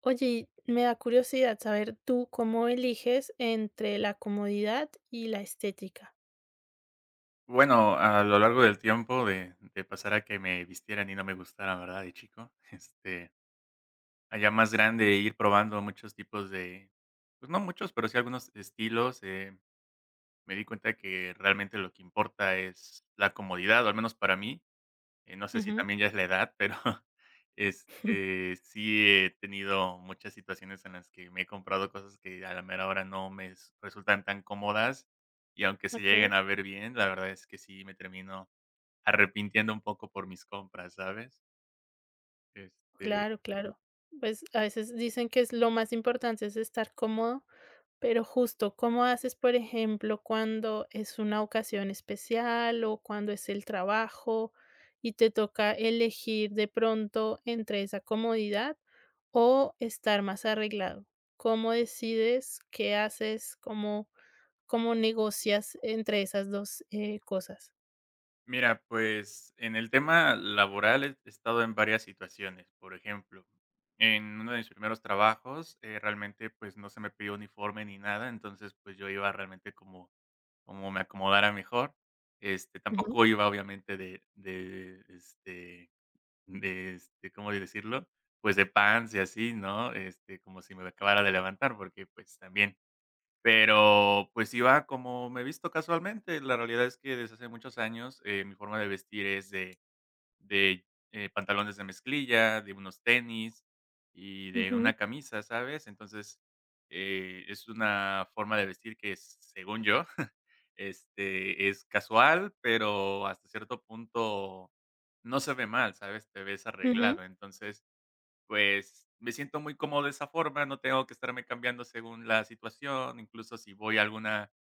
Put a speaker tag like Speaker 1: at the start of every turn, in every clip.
Speaker 1: Oye, y me da curiosidad saber tú cómo eliges entre la comodidad y la estética.
Speaker 2: Bueno, a lo largo del tiempo de pasar a que me vistieran y no me gustaran, ¿verdad? De chico, allá más grande, ir probando muchos tipos de pues no muchos, pero sí algunos estilos, me di cuenta que realmente lo que importa es la comodidad, o al menos para mí, no sé si
Speaker 1: Ujú.
Speaker 2: también ya es la edad, pero, sí he tenido muchas situaciones en las que me he comprado cosas que a la mera hora no me s resultan tan cómodas, y aunque se lleguen
Speaker 1: Okey.
Speaker 2: a ver bien, la verdad es que sí me termino arrepintiendo un poco por mis compras, ¿sabes? Este,
Speaker 1: Claro, claro. Pues, a veces dicen que es lo más importante es estar cómodo, pero justo, ¿cómo haces, por ejemplo, cuando es una ocasión especial o cuando es el trabajo y te toca elegir de pronto entre esa comodidad o estar más arreglado? ¿Cómo decides? ¿Qué haces? ¿Cómo negocias entre esas 2 cosas?
Speaker 2: mira, pues, en el tema laboral he estado en varias situaciones. Por ejemplo, en uno de mis primeros trabajos, realmente, pues, no se me pidió uniforme ni nada, entonces, pues, yo iba realmente como como me acomodara mejor. Este,
Speaker 1: Ujú,
Speaker 2: tampoco iba, obviamente, de, ¿cómo decirlo? Pues, de pants y así, ¿no? Este, como si me acabara de levantar, porque, pues, también. Pero, pues, iba como me he visto casualmente. La realidad es que desde hace muchos años, mi forma de vestir es de, pantalones de mezclilla, de unos tenis y de una
Speaker 1: ujú,
Speaker 2: camisa, ¿sabes? Entonces, es una forma de vestir que, es, según yo, es casual, pero hasta cierto punto no se ve mal, ¿sabes? Te ves
Speaker 1: ujú,
Speaker 2: arreglado. Entonces pues, me siento muy cómodo de esa forma, no tengo que estarme cambiando según la situación, incluso si voy a alguna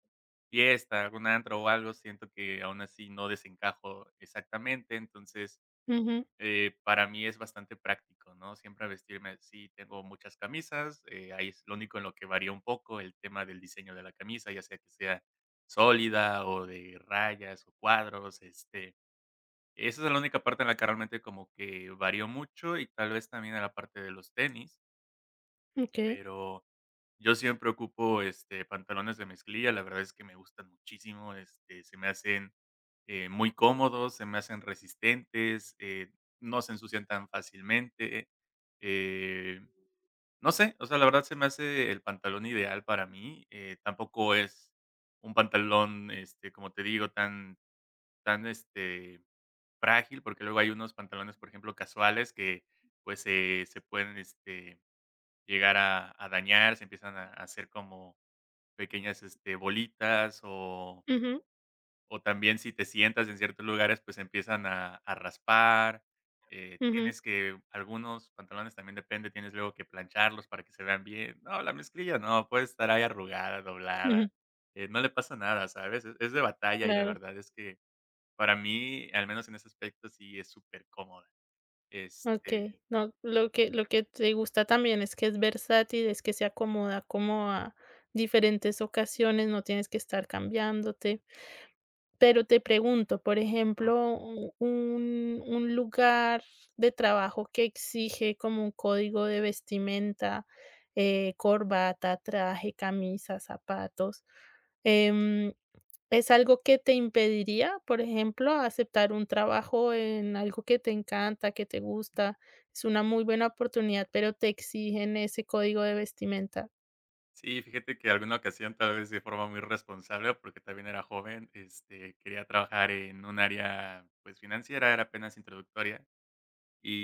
Speaker 2: fiesta, algún antro o algo, siento que aún así no desencajo exactamente, entonces,
Speaker 1: ujú.
Speaker 2: para mí es bastante práctico, ¿no? Siempre vestirme así, tengo muchas camisas, ahí es lo único en lo que varía un poco el tema del diseño de la camisa, ya sea que sea sólida o de rayas o cuadros, esa es la única parte en la que realmente como que varió mucho y tal vez también en la parte de los tenis,
Speaker 1: Okey.
Speaker 2: pero yo siempre ocupo, pantalones de mezclilla, la verdad es que me gustan muchísimo, se me hacen, muy cómodos, se me hacen resistentes, no se ensucian tan fácilmente, eh, no sé, o sea, la verdad se me hace el pantalón ideal para mí, tampoco es un pantalón, este, como te digo, tan frágil, porque luego hay unos pantalones, por ejemplo, casuales que, pues, se pueden, llegar a dañar, se empiezan a hacer como pequeñas, bolitas
Speaker 1: Ujú,
Speaker 2: o también si te sientas en ciertos lugares, pues, empiezan a raspar,
Speaker 1: ujú,
Speaker 2: tienes que algunos pantalones también depende, tienes luego que plancharlos para que se vean bien. No, la mezclilla no, puede estar ahí arrugada, doblada,
Speaker 1: ujú.
Speaker 2: no le pasa nada, ¿sabes? Es de batalla y la
Speaker 1: Claro.
Speaker 2: verdad es que para mí, al menos en ese aspecto, sí es supercómoda. Este,
Speaker 1: Okey. No, lo que te gusta también es que es versátil, es que se acomoda como a diferentes ocasiones, no tienes que estar cambiándote. Pero te pregunto, por ejemplo, u un lugar de trabajo que exige como un código de vestimenta, corbata, traje, camisa, zapatos, em, ¿es algo que te impediría, por ejemplo, aceptar un trabajo en algo que te encanta, que te gusta? Es una muy buena oportunidad, pero te exigen ese código de vestimenta.
Speaker 2: sí, fíjate que alguna ocasión, tal vez de forma muy responsable, porque también era joven, quería trabajar en un área, pues, financiera, era apenas introductoria,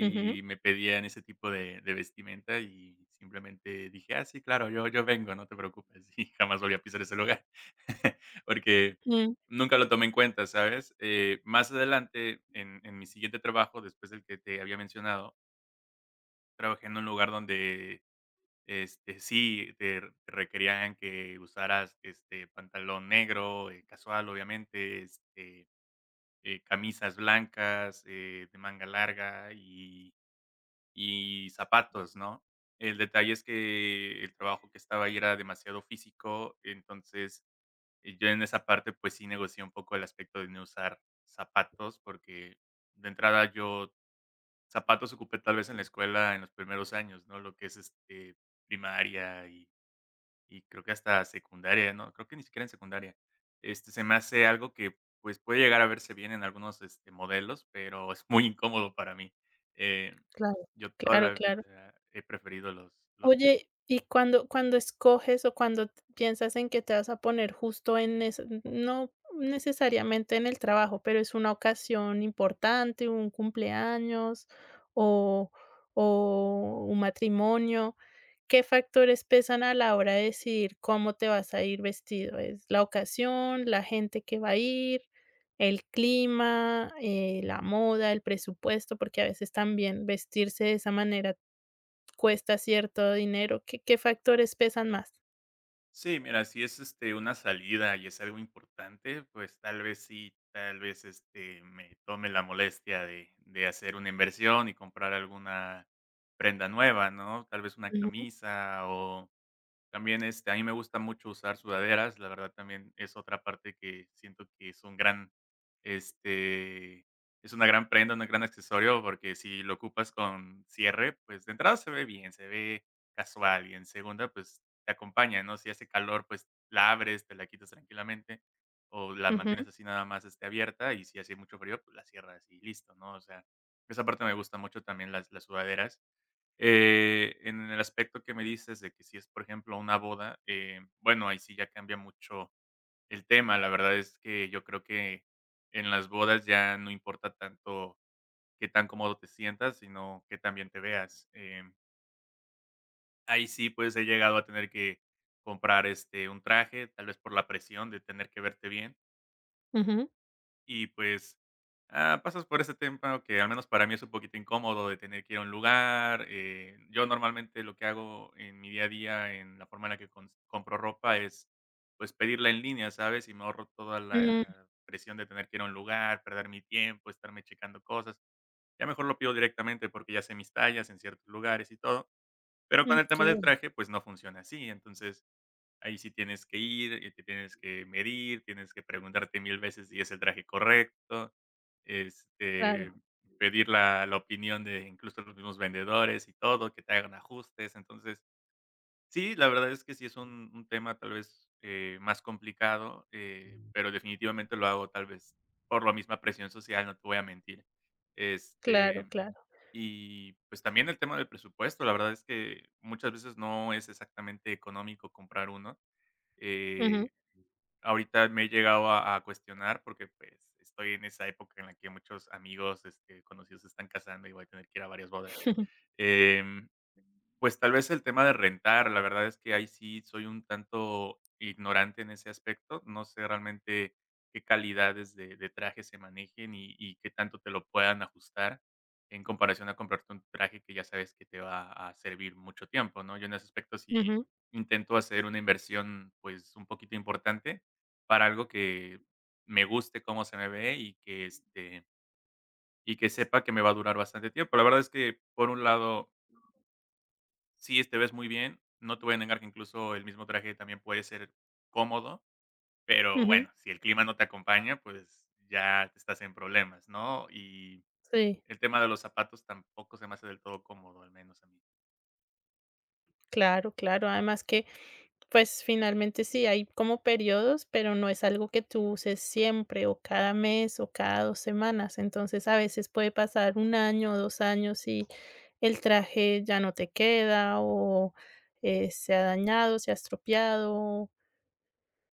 Speaker 1: Ujú.
Speaker 2: me pedían ese tipo de vestimenta, y simplemente dije: "Ah, sí, claro, yo vengo, no te preocupes", y jamás volví a pisar ese lugar, porque
Speaker 1: Mm.
Speaker 2: nunca lo tomé en cuenta, ¿sabes? Más adelante, en mi siguiente trabajo, después del que te había mencionado, trabajé en un lugar donde este, sí, te requerían que usaras, pantalón negro, casual, obviamente, este, camisas blancas, de manga larga y zapatos, ¿no? El detalle es que el trabajo que estaba ahí era demasiado físico, entonces, yo en esa parte, pues sí negocié un poco el aspecto de no usar zapatos, porque de entrada yo zapatos ocupé tal vez en la escuela en los primeros años, ¿no? Lo que es, primaria y creo que hasta secundaria, no, creo que ni siquiera en secundaria. Este, se me hace algo que, pues, puede llegar a verse bien en algunos, modelos, pero es muy incómodo para mí. Eh,
Speaker 1: Claro,
Speaker 2: yo toda la
Speaker 1: claro, claro.
Speaker 2: vida he preferido los
Speaker 1: Oye, y cuando escoges o cuando piensas en que te vas a poner justo en eso, no necesariamente en el trabajo, pero es una ocasión importante, un cumpleaños o, o un matrimonio, ¿qué factores pesan a la hora de decidir cómo te vas a ir vestido? ¿Es la ocasión, la gente que va a ir, el clima, la moda, el presupuesto? Porque a veces también vestirse de esa manera cuesta cierto dinero, ¿qué factores pesan más?
Speaker 2: sí, mira, si es, una salida y es algo importante, pues, tal vez sí, tal vez, me tome la molestia de hacer una inversión y comprar alguna prenda nueva, ¿no? Tal vez una
Speaker 1: Ujú,
Speaker 2: camisa o también, a mí me gusta mucho usar sudaderas, la verdad también es otra parte que siento que es un gran, este, es una gran prenda, un gran accesorio, porque si lo ocupas con cierre, pues de entrada se ve bien, se ve casual y en segunda, pues te acompaña, ¿no? Si hace calor, pues la abres, te la quitas tranquilamente o la
Speaker 1: ujú,
Speaker 2: mantienes así nada más abierta y si hace mucho frío, pues la cierras y listo, ¿no? O sea, esa parte me gusta mucho también las sudaderas. En el aspecto que me dices de que si es, por ejemplo, una boda, bueno, ahí sí ya cambia mucho el tema. La verdad es que yo creo que en las bodas ya no importa tanto qué tan cómodo te sientas, sino que también te veas. Em, ahí sí, pues he llegado a tener que comprar un traje, tal vez por la presión de tener que verte bien.
Speaker 1: ujú.
Speaker 2: Y pues, ah, pasas por ese tema que al menos para mí es un poquito incómodo de tener que ir a un lugar. Eh, yo normalmente lo que hago en mi día a día, en la forma en la que compro ropa, es pues pedirla en línea, ¿sabes? Y me ahorro toda la
Speaker 1: Mm.
Speaker 2: presión de tener que ir a un lugar, perder mi tiempo, estarme checando cosas. Ya mejor lo pido directamente porque ya sé mis tallas en ciertos lugares y todo. Pero con el tema del
Speaker 1: Okey.
Speaker 2: traje, pues no funciona así. Entonces, ahí sí tienes que ir, te tienes que medir, tienes que preguntarte mil veces si es el traje correcto, este,
Speaker 1: Claro,
Speaker 2: pedir la opinión de incluso los mismos vendedores y todo, que te hagan ajustes. Entonces, sí, la verdad es que sí es un tema tal vez, más complicado, pero definitivamente lo hago tal vez por la misma presión social, no te voy a mentir.
Speaker 1: claro,
Speaker 2: Este,
Speaker 1: claro.
Speaker 2: y pues también el tema del presupuesto, la verdad es que muchas veces no es exactamente económico comprar uno. Eh,
Speaker 1: Ujú,
Speaker 2: ahorita me he llegado a cuestionar porque, pues, estoy en esa época en la que muchos amigos, conocidos se están casando y voy a tener que ir a varias bodas, em pues, tal vez el tema de rentar, la verdad es que ahí sí soy un tanto ignorante en ese aspecto, no sé realmente qué calidades de traje se manejen y qué tanto te lo puedan ajustar en comparación a comprarte un traje que ya sabes que te va a servir mucho tiempo, ¿no? Yo en ese aspecto sí
Speaker 1: ujú,
Speaker 2: intento hacer una inversión, pues, un poquito importante para algo que me guste cómo se me ve y que, y que sepa que me va a durar bastante tiempo. La verdad es que, por un lado, sí, te ves muy bien. No te voy a negar que incluso el mismo traje también puede ser cómodo, pero
Speaker 1: ujú.
Speaker 2: bueno, si el clima no te acompaña, pues ya estás en problemas, ¿no? Y
Speaker 1: Sí,
Speaker 2: el tema de los zapatos tampoco se me hace del todo cómodo, al menos a mí.
Speaker 1: claro, claro. Además que pues finalmente sí, hay como periodos, pero no es algo que tú uses siempre o cada mes o cada 2 semanas. Entonces, a veces puede pasar un año o 2 años y el traje ya no te queda o, se ha dañado, se ha estropeado.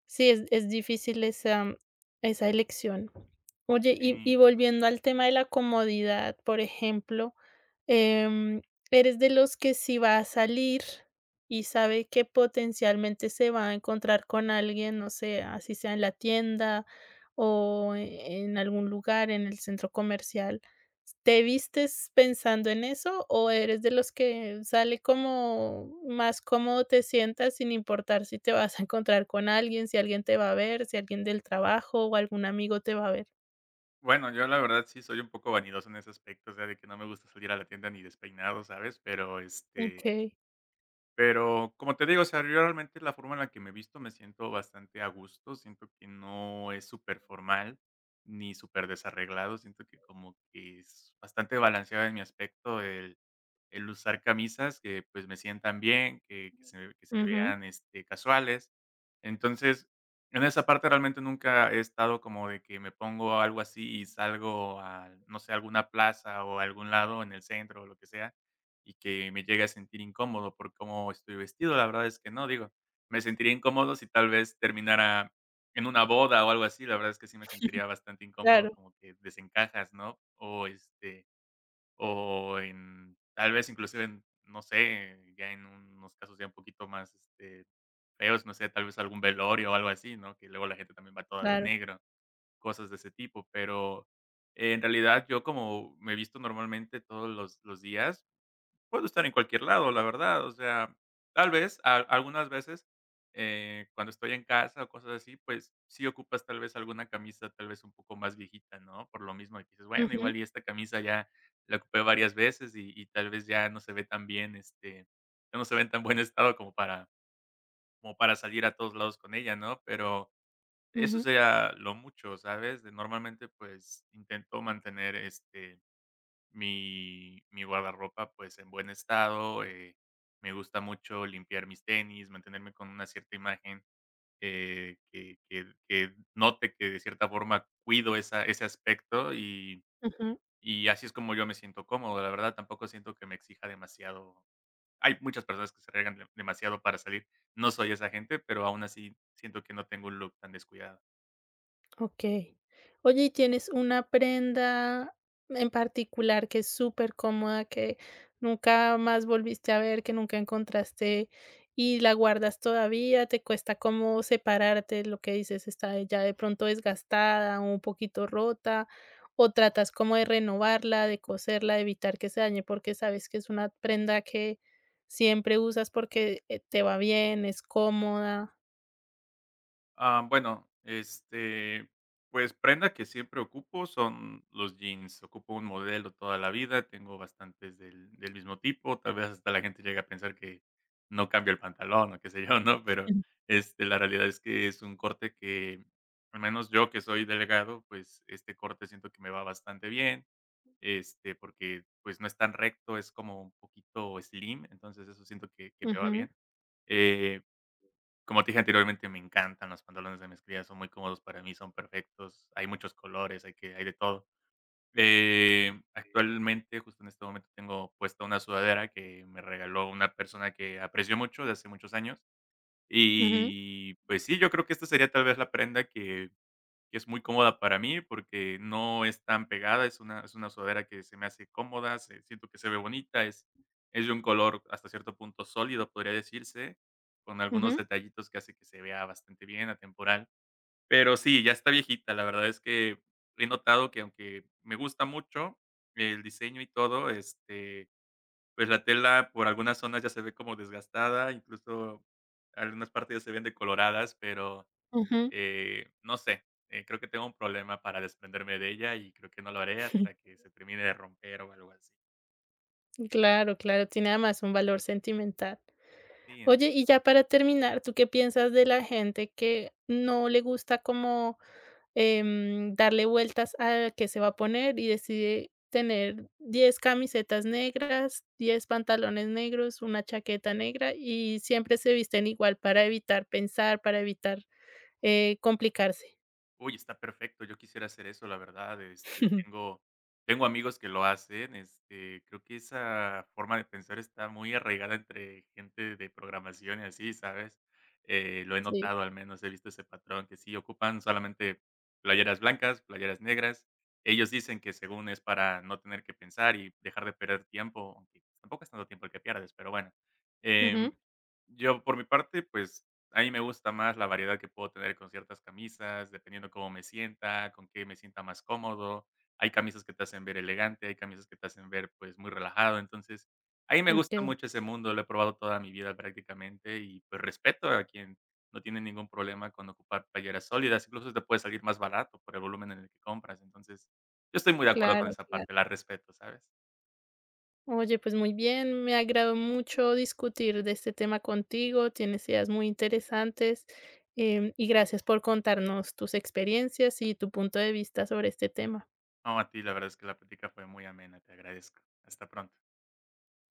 Speaker 1: Sí, es difícil esa, esa elección. Oye, y,
Speaker 2: Sí.
Speaker 1: y volviendo al tema de la comodidad, por ejemplo, em, ¿eres de los que si va a salir y sabe que potencialmente se va a encontrar con alguien, no sé, así sea en la tienda o en algún lugar, en el centro comercial? ¿Te vistes pensando en eso o eres de los que sale como más cómodo te sientas sin importar si te vas a encontrar con alguien, si alguien te va a ver, si alguien del trabajo o algún amigo te va a ver?
Speaker 2: Bueno, yo la verdad sí soy un poco vanidoso en ese aspecto, o sea, de que no me gusta salir a la tienda ni despeinado, ¿sabes? Pero
Speaker 1: Okey.
Speaker 2: pero, como te digo, o sea, yo realmente la forma en la que me visto me siento bastante a gusto, siento que no es súper formal ni superdesarreglado, siento que como que es bastante balanceado en mi aspecto el usar camisas que, pues, me sientan bien, que se
Speaker 1: Ujú.
Speaker 2: vean, casuales. Entonces, en esa parte realmente nunca he estado como de que me pongo algo así y salgo a, no sé, alguna plaza o a algún lado en el centro o lo que sea, y que me llegue a sentir incómodo por cómo estoy vestido. La verdad es que no, digo, me sentiría incómodo si tal vez terminara en una boda o algo así. La verdad es que sí me sentiría bastante incómodo,
Speaker 1: Claro,
Speaker 2: como que desencajas, ¿no? O, o en tal vez, inclusive en, no sé, ya en unos casos ya un poquito más, feos, no sé, tal vez algún velorio o algo así, ¿no? Que luego la gente también va toda de
Speaker 1: claro.
Speaker 2: negro, cosas de ese tipo, pero en realidad yo como me he visto normalmente todos los días. Puedo estar en cualquier lado, la verdad, o sea, tal vez, a algunas veces, cuando estoy en casa o cosas así, pues, sí ocupas tal vez alguna camisa, tal vez, un poco más viejita, ¿no? Por lo mismo de que dices: "Bueno,
Speaker 1: Ujú,
Speaker 2: igual y esta camisa ya la ocupé varias veces y tal vez ya no se ve tan bien, ya no se ve en tan buen estado como para como para salir a todos lados con ella", ¿no? Pero eso
Speaker 1: ujú,
Speaker 2: sería lo mucho, ¿sabes? De normalmente, pues, intento mantener, mi guardarropa, pues, en buen estado. Me gusta mucho limpiar mis tenis, mantenerme con una cierta imagen, que que note que de cierta forma cuido esa ese aspecto
Speaker 1: ujú.
Speaker 2: y así es como yo me siento cómodo, la verdad, tampoco siento que me exija demasiado. Hay muchas personas que se arriesgan de demasiado para salir, no soy esa gente, pero aún así siento que no tengo un look tan descuidado.
Speaker 1: Okey. Oye, ¿y tienes una prenda en particular que es súper cómoda, que nunca más volviste a ver, que nunca encontraste y la guardas todavía? ¿Te cuesta como separarte? Lo que dices, está ya de pronto desgastada, o un poquito rota, o tratas como de renovarla, de coserla, de evitar que se dañe, porque sabes que es una prenda que siempre usas porque, te va bien, es cómoda.
Speaker 2: Ah, bueno, pues prenda que siempre ocupo son los jeans. Ocupo un modelo toda la vida, tengo bastantes del mismo tipo. Tal vez hasta la gente llega a pensar que no cambio el pantalón o qué sé yo, ¿no? Pero la realidad es que es un corte que, al menos yo que soy delgado, pues este corte siento que me va bastante bien. Porque pues no es tan recto, es como un poquito slim, entonces eso siento que me va
Speaker 1: Ujú,
Speaker 2: bien. Eh, Como te dije anteriormente, me encantan los pantalones de mezclilla, son muy cómodos para mí, son perfectos, hay muchos colores, hay de todo. Actualmente, justo en este momento, tengo puesta una sudadera que me regaló una persona que aprecio mucho de hace muchos años.
Speaker 1: ujú,
Speaker 2: Y, pues sí, yo creo que esta sería tal vez la prenda que es muy cómoda para mí porque no es tan pegada, es una sudadera que se me hace cómoda, se siento que se ve bonita, es de un color hasta cierto punto sólido, podría decirse, con algunos
Speaker 1: ujú,
Speaker 2: detallitos que hace que se vea bastante bien, atemporal. Pero sí, ya está viejita, la verdad es que he notado que aunque me gusta mucho el diseño y todo, pues la tela por algunas zonas ya se ve como desgastada, incluso algunas partes ya se ven decoloradas, pero
Speaker 1: ujú.
Speaker 2: no sé, creo que tengo un problema para desprenderme de ella y creo que no lo haré hasta que se termine de romper o algo así.
Speaker 1: Claro, claro, tiene además un valor sentimental.
Speaker 2: Sí.
Speaker 1: Oye, y ya para terminar, ¿tú qué piensas de la gente que no le gusta como darle vueltas a qué se va a poner y decide tener 10 camisetas negras, 10 pantalones negros, una chaqueta negra y siempre se visten igual para evitar pensar, para evitar complicarse?
Speaker 2: Uy, está perfecto. Yo quisiera hacer eso, la verdad, tengo amigos que lo hacen, este, creo que esa forma de pensar está muy arraigada entre gente de programación y así, ¿sabes? Lo he
Speaker 1: Sí.
Speaker 2: notado, al menos he visto ese patrón, que sí ocupan solamente playeras blancas, playeras negras. Ellos dicen que según es para no tener que pensar y dejar de perder tiempo, aunque tampoco es tanto tiempo el que pierdes, pero bueno. Em,
Speaker 1: Ujú.
Speaker 2: yo por mi parte, pues a mí me gusta más la variedad que puedo tener con ciertas camisas, dependiendo cómo me sienta, con qué me sienta más cómodo. Hay camisas que te hacen ver elegante, hay camisas que te hacen ver, pues, muy relajado. Entonces, a mí me
Speaker 1: Ok.
Speaker 2: gusta mucho ese mundo, lo he probado toda mi vida prácticamente y, pues, respeto a quien no tiene ningún problema con ocupar playeras sólidas, incluso te puede salir más barato por el volumen en el que compras. Entonces, yo estoy muy de acuerdo con
Speaker 1: Claro,
Speaker 2: esa
Speaker 1: claro.
Speaker 2: parte, la respeto, ¿sabes?
Speaker 1: Oye, pues muy bien, me agradó mucho discutir de este tema contigo, tienes ideas muy interesantes, y gracias por contarnos tus experiencias y tu punto de vista sobre este tema.
Speaker 2: No, a ti la verdad es que la plática fue muy amena, te agradezco. Hasta pronto.